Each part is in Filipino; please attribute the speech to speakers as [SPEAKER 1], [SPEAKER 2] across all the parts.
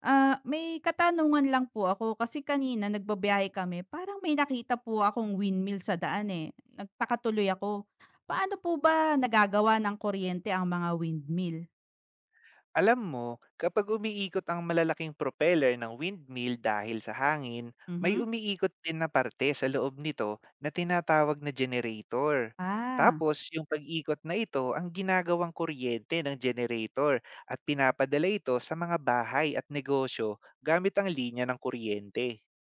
[SPEAKER 1] Ah, may katanungan lang po ako kasi kanina nagbabiyahe kami parang may nakita po akong windmill sa daan, eh. Nagtaka tuloy ako. Paano po ba nagagawa ng kuryente ang mga windmill?
[SPEAKER 2] Alam mo, kapag umiikot ang malalaking propeller ng windmill dahil sa hangin, may
[SPEAKER 1] Mhm.
[SPEAKER 2] umiikot din na parte sa loob nito na tinatawag na generator.
[SPEAKER 1] Ah,
[SPEAKER 2] Tapos, yung pag-ikot na ito ang ginagawang kuryente ng generator at pinapadala ito sa mga bahay at negosyo gamit ang linya ng kuryente.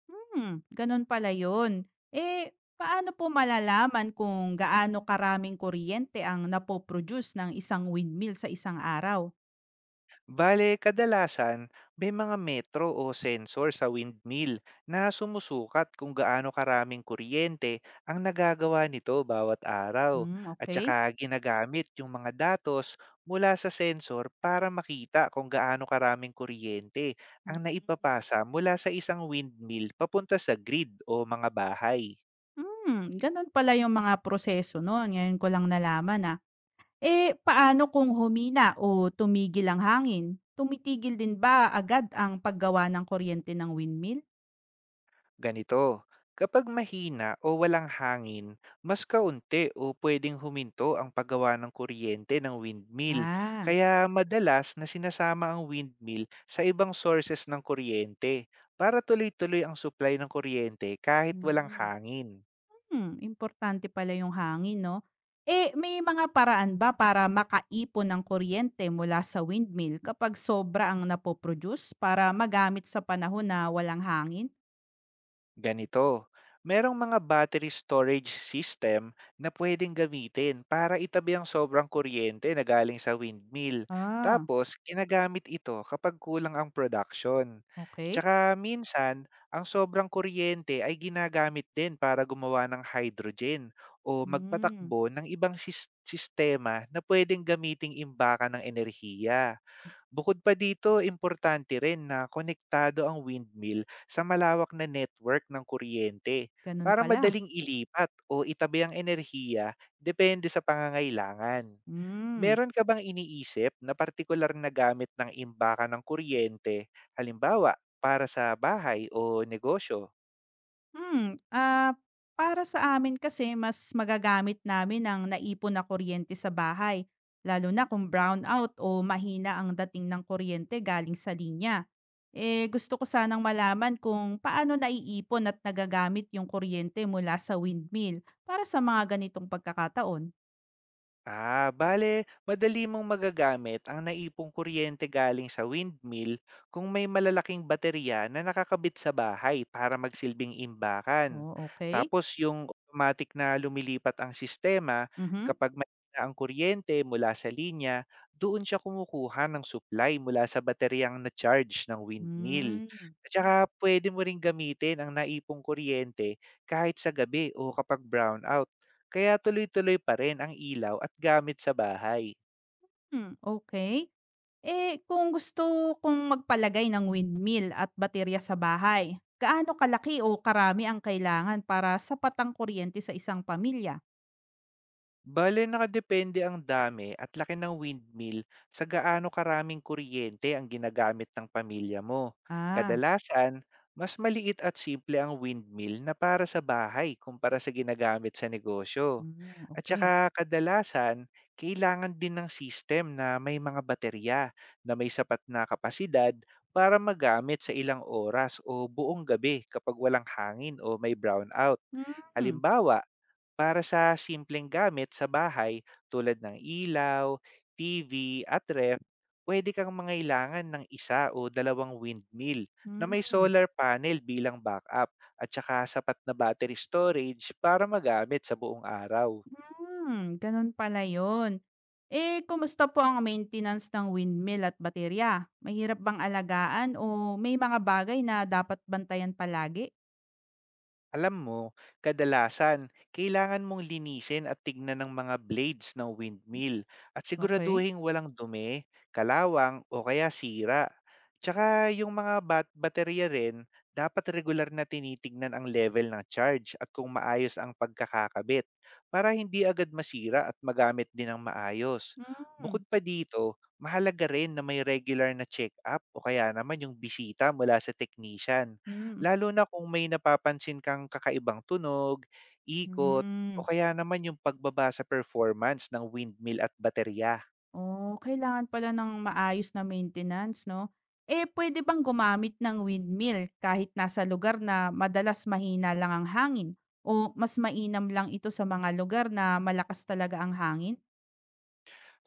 [SPEAKER 1] hmm, ganun pala yun. Eh, paano po malalaman kung gaano karaming kuryente ang napoproduce ng isang windmill sa isang araw?
[SPEAKER 2] Bale, kadalasan may mga metro o sensor sa windmill na sumusukat kung gaano karaming kuryente ang nagagawa nito bawat araw.
[SPEAKER 1] Hmm,
[SPEAKER 2] At
[SPEAKER 1] okey.
[SPEAKER 2] saka ginagamit yung mga datos mula sa sensor para makita kung gaano karaming kuryente
[SPEAKER 1] Hmm,
[SPEAKER 2] ang naipapasa mula sa isang windmill papunta sa grid o mga bahay.
[SPEAKER 1] hmm, ganun pala yung mga proseso nun, ngayon ko lang nalaman, ah. Eh, paano kung humina o tumigil ang hangin? Tumitigil din ba agad ang paggawa ng kuryente ng windmill?
[SPEAKER 2] Ganito, kapag mahina o walang hangin, mas kaunti o pwedeng huminto ang paggawa ng kuryente ng windmill.
[SPEAKER 1] Ah,
[SPEAKER 2] Kaya madalas na sinasama ang windmill sa ibang sources ng kuryente para tuloy-tuloy ang supply ng kuryente kahit walang
[SPEAKER 1] hmm.
[SPEAKER 2] hangin.
[SPEAKER 1] Hmm, importante pala yung hangin, no? Eh, may mga paraan ba para makaipon ng kuryente mula sa windmill kapag sobra ang napoproduce para magamit sa panahon na walang hangin?
[SPEAKER 2] Ganito, merong mga battery storage system na pwedeng gamitin para itabi ang sobrang kuryente na galing sa windmill.
[SPEAKER 1] Ah,
[SPEAKER 2] Tapos, ginagamit ito kapag kulang ang production.
[SPEAKER 1] okay.
[SPEAKER 2] Tsaka minsan, ang sobrang kuryente ay ginagamit din para gumawa ng hydrogen o
[SPEAKER 1] Hmm,
[SPEAKER 2] magpatakbo ng ibang sistema na pwedeng gamiting imbaka ng enerhiya. Bukod pa dito, importante rin na konektado ang windmill sa malawak na network ng kuryente
[SPEAKER 1] ganun
[SPEAKER 2] para
[SPEAKER 1] pala.
[SPEAKER 2] madaling ilipat o itabi ang enerhiya depende sa pangangailangan.
[SPEAKER 1] Hmm.
[SPEAKER 2] Meron ka bang iniisip na partikular na gamit ng imbaka ng kuryente, halimbawa para sa bahay o negosyo?
[SPEAKER 1] Hmm, ah, para sa amin kasi mas magagamit namin ang naipon na kuryente sa bahay, lalo na kung brownout o mahina ang dating ng kuryente galing sa linya. Eh gusto ko sanang malaman kung paano naiipon at nagagamit yung kuryente mula sa windmill para sa mga ganitong pagkakataon.
[SPEAKER 2] Ah, bale, madali mong magagamit ang naipong kuryente galing sa windmill kung may malalaking baterya na nakakabit sa bahay para magsilbing imbakan.
[SPEAKER 1] Oh, okay.
[SPEAKER 2] Tapos yung automatic na lumilipat ang sistema
[SPEAKER 1] Mhm.
[SPEAKER 2] kapag may na ang kuryente mula sa linya, doon siya kumukuha ng supply mula sa bateryang na-charge ng windmill.
[SPEAKER 1] Hmm.
[SPEAKER 2] At saka pwede mo ring gamitin ang naipong kuryente kahit sa gabi o kapag brownout, kaya tuloy-tuloy pa rin ang ilaw at gamit sa bahay.
[SPEAKER 1] Hmm, okay. Eh, kung gusto kong magpalagay ng windmill at baterya sa bahay, gaano kalaki o karami ang kailangan para sapat ang kuryente sa isang pamilya?
[SPEAKER 2] Bale, nakadepende ang dami at laki ng windmill sa gaano karaming kuryente ang ginagamit ng pamilya mo.
[SPEAKER 1] Ah,
[SPEAKER 2] Kadalasan, mas maliit at simple ang windmill na para sa bahay kumpara sa ginagamit sa negosyo.
[SPEAKER 1] mm,
[SPEAKER 2] At
[SPEAKER 1] okay.
[SPEAKER 2] saka kadalasan, kailangan din ng system na may mga baterya na may sapat na kapasidad para magamit sa ilang oras o buong gabi kapag walang hangin o may brownout.
[SPEAKER 1] Hmm,
[SPEAKER 2] Halimbawa, para sa simpleng gamit sa bahay tulad ng ilaw, TV at ref, pwede kang mangailangan ng isa o dalawang windmill na may
[SPEAKER 1] hmm,
[SPEAKER 2] solar panel bilang backup at saka sapat na battery storage para magamit sa buong araw.
[SPEAKER 1] hmm, ganun pala yun. Eh, kumusta po ang maintenance ng windmill at baterya? Mahirap bang alagaan o may mga bagay na dapat bantayan palagi?
[SPEAKER 2] Alam mo, kadalasan, kailangan mong linisin at tignan ng mga blades ng windmill at
[SPEAKER 1] Okay.
[SPEAKER 2] siguraduhin walang dumi, kalawang o kaya sira. Tsaka yung mga baterya rin, dapat regular na tinitignan ang level ng charge at kung maayos ang pagkakakabit para hindi agad masira at magamit din ng maayos.
[SPEAKER 1] Hmm,
[SPEAKER 2] Bukod pa dito, mahalaga rin na may regular na check-up o kaya naman yung bisita mula sa technician.
[SPEAKER 1] hmm,
[SPEAKER 2] Lalo na kung may napapansin kang kakaibang tunog, ikot,
[SPEAKER 1] hmm.
[SPEAKER 2] o kaya naman yung pagbaba sa performance ng windmill at baterya.
[SPEAKER 1] Oh, kailangan pala ng maayos na maintenance 'no? Eh, pwede bang gumamit ng windmill kahit nasa lugar na madalas mahina lang ang hangin o mas mainam lang ito sa mga lugar na malakas talaga ang hangin?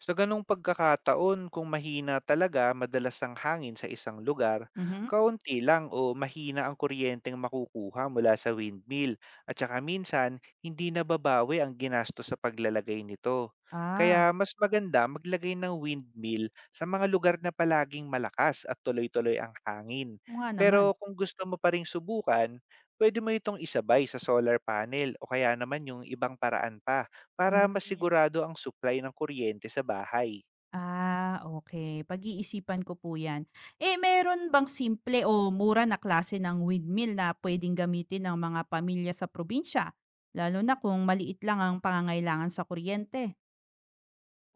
[SPEAKER 2] Sa ganong pagkakataon, kung mahina talaga madalas ang hangin sa isang lugar,
[SPEAKER 1] Mhm.
[SPEAKER 2] kaunti lang o mahina ang kuryenteng makukuha mula sa windmill at saka minsan hindi nababawi ang ginastos sa paglalagay nito.
[SPEAKER 1] Ah,
[SPEAKER 2] Kaya mas maganda maglagay ng windmill sa mga lugar na palaging malakas at tuloy-tuloy ang hangin.
[SPEAKER 1] oo nga naman.
[SPEAKER 2] Pero kung gusto mo pa ring subukan, pwede mo itong isabay sa solar panel o kaya naman yung ibang paraan pa para
[SPEAKER 1] Hmm.
[SPEAKER 2] masigurado ang supply ng kuryente sa bahay.
[SPEAKER 1] Ah, okay. Pag-iisipan ko po 'yan. Eh, meron bang simple o mura na klase ng windmill na puwedeng gamitin ng mga pamilya sa probinsya, lalo na kung maliit lang ang pangangailangan sa kuryente?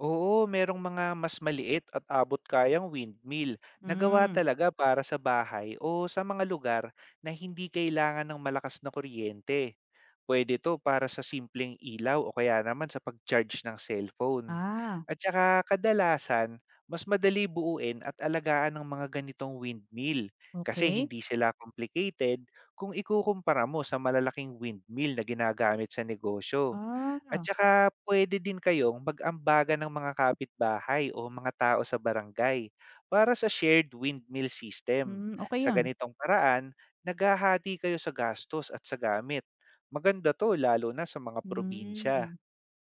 [SPEAKER 2] Oo, merong mga mas maliit at abot-kayang windmill na gawa
[SPEAKER 1] Hmm,
[SPEAKER 2] talaga para sa bahay o sa mga lugar na hindi kailangan ng malakas na kuryente. Pwede to para sa simpleng ilaw o kaya naman sa pag-charge ng cellphone.
[SPEAKER 1] ah,
[SPEAKER 2] At saka kadalasan, mas madali buuin at alagaan ng mga ganitong windmill kasi
[SPEAKER 1] okay.
[SPEAKER 2] hindi sila complicated kung ikukumpara mo sa malalaking windmill na ginagamit sa negosyo. At
[SPEAKER 1] Ah,
[SPEAKER 2] saka puwede din kayong mag-ambagan ng mga kapitbahay o mga tao sa barangay para sa shared windmill system.
[SPEAKER 1] hmm, okay
[SPEAKER 2] Sa
[SPEAKER 1] 'yun.
[SPEAKER 2] ganitong paraan, naghahati kayo sa gastos at sa gamit. Maganda to lalo na sa mga probinsya.
[SPEAKER 1] Hmm.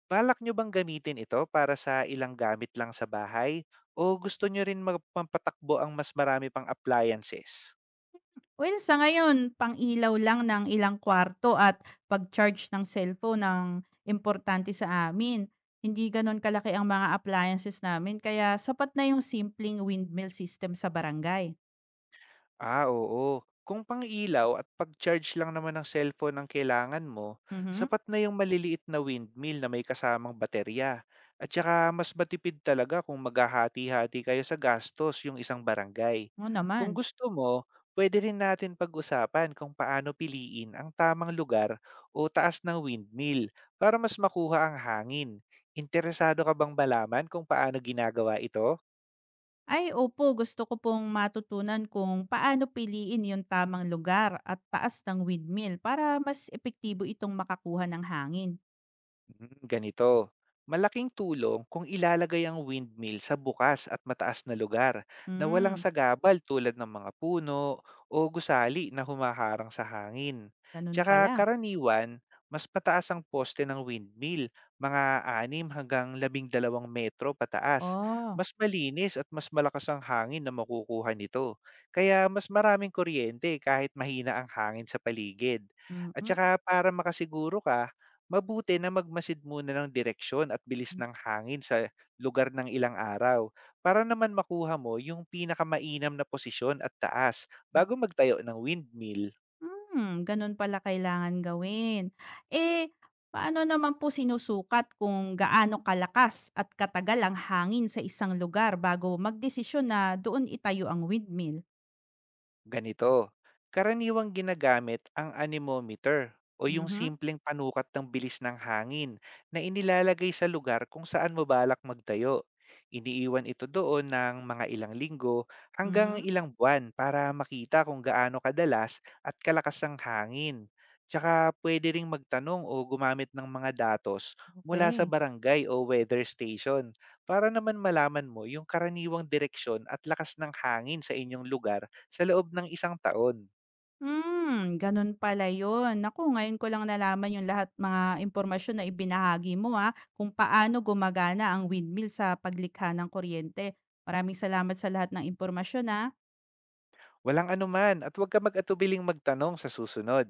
[SPEAKER 2] Balak nyo bang gamitin ito para sa ilang gamit lang sa bahay? O gusto nyo rin magpapatakbo ang mas marami pang appliances?
[SPEAKER 1] Well, sa ngayon pang-ilaw lang ng ilang kwarto at pag-charge ng cellphone ang importante sa amin. Hindi gano'n kalaki ang mga appliances namin kaya sapat na 'yung simpleng windmill system sa barangay.
[SPEAKER 2] Ah, oo. Kung pang-ilaw at pag-charge lang naman ng cellphone ang kailangan mo,
[SPEAKER 1] Mhm,
[SPEAKER 2] sapat na yung maliliit na windmill na may kasamang baterya. At saka mas matipid talaga kung maghahati-hati kayo sa gastos yung isang barangay.
[SPEAKER 1] oo naman.
[SPEAKER 2] Kung gusto mo, pwede rin natin pag-usapan kung paano piliin ang tamang lugar o taas ng windmill para mas makuha ang hangin. Interesado ka bang malaman kung paano ginagawa ito?
[SPEAKER 1] Ay, opo gusto ko pong matutunan kung paano piliin 'yung tamang lugar at taas ng windmill para mas epektibo itong makakuha ng hangin.
[SPEAKER 2] Mm, ganito, malaking tulong kung ilalagay ang windmill sa bukas at mataas na lugar na walang
[SPEAKER 1] Hmm,
[SPEAKER 2] sagabal tulad ng mga puno o gusali na humaharang sa hangin.
[SPEAKER 1] ganun
[SPEAKER 2] Tsaka
[SPEAKER 1] pala.
[SPEAKER 2] karaniwan, mas pataas ang poste ng windmill, mga 6 hanggang 12 metro pataas.
[SPEAKER 1] Oh,
[SPEAKER 2] Mas malinis at mas malakas ang hangin na makukuha nito. Kaya mas maraming kuryente kahit mahina ang hangin sa paligid. At
[SPEAKER 1] mm.
[SPEAKER 2] saka para makasiguro ka, mabuti na magmasid muna ng direksyon at bilis ng hangin sa lugar ng ilang araw para naman makuha mo yung pinakamainam na posisyon at taas
[SPEAKER 1] Mhm.
[SPEAKER 2] bago magtayo ng windmill.
[SPEAKER 1] Hmm, ganun pala kailangan gawin. Eh, paano naman po sinusukat kung gaano kalakas at katagal ang hangin sa isang lugar bago magdesisyon na doon itayo ang windmill?
[SPEAKER 2] Ganito, karaniwang ginagamit ang anemometer o yung
[SPEAKER 1] Mhm,
[SPEAKER 2] simpleng panukat ng bilis ng hangin na inilalagay sa lugar kung saan mabalak magtayo. Iniiwan ito doon ng mga ilang linggo hanggang
[SPEAKER 1] mhm,
[SPEAKER 2] ilang buwan para makita kung gaano kadalas at kalakas ang hangin. Tsaka pwede ring magtanong o gumamit ng mga datos mula sa
[SPEAKER 1] okay.
[SPEAKER 2] barangay o weather station para naman malaman mo yung karaniwang direksyon at lakas ng hangin sa inyong lugar sa loob ng isang taon.
[SPEAKER 1] Hmm, ganun pala yun. Naku, ngayon ko lang nalaman yung lahat mga impormasyon na ibinahagi mo ha, kung paano gumagana ang windmill sa paglikha ng kuryente. Maraming salamat sa lahat ng impormasyon ha.
[SPEAKER 2] Walang anuman at huwag ka mag-atubiling magtanong sa susunod.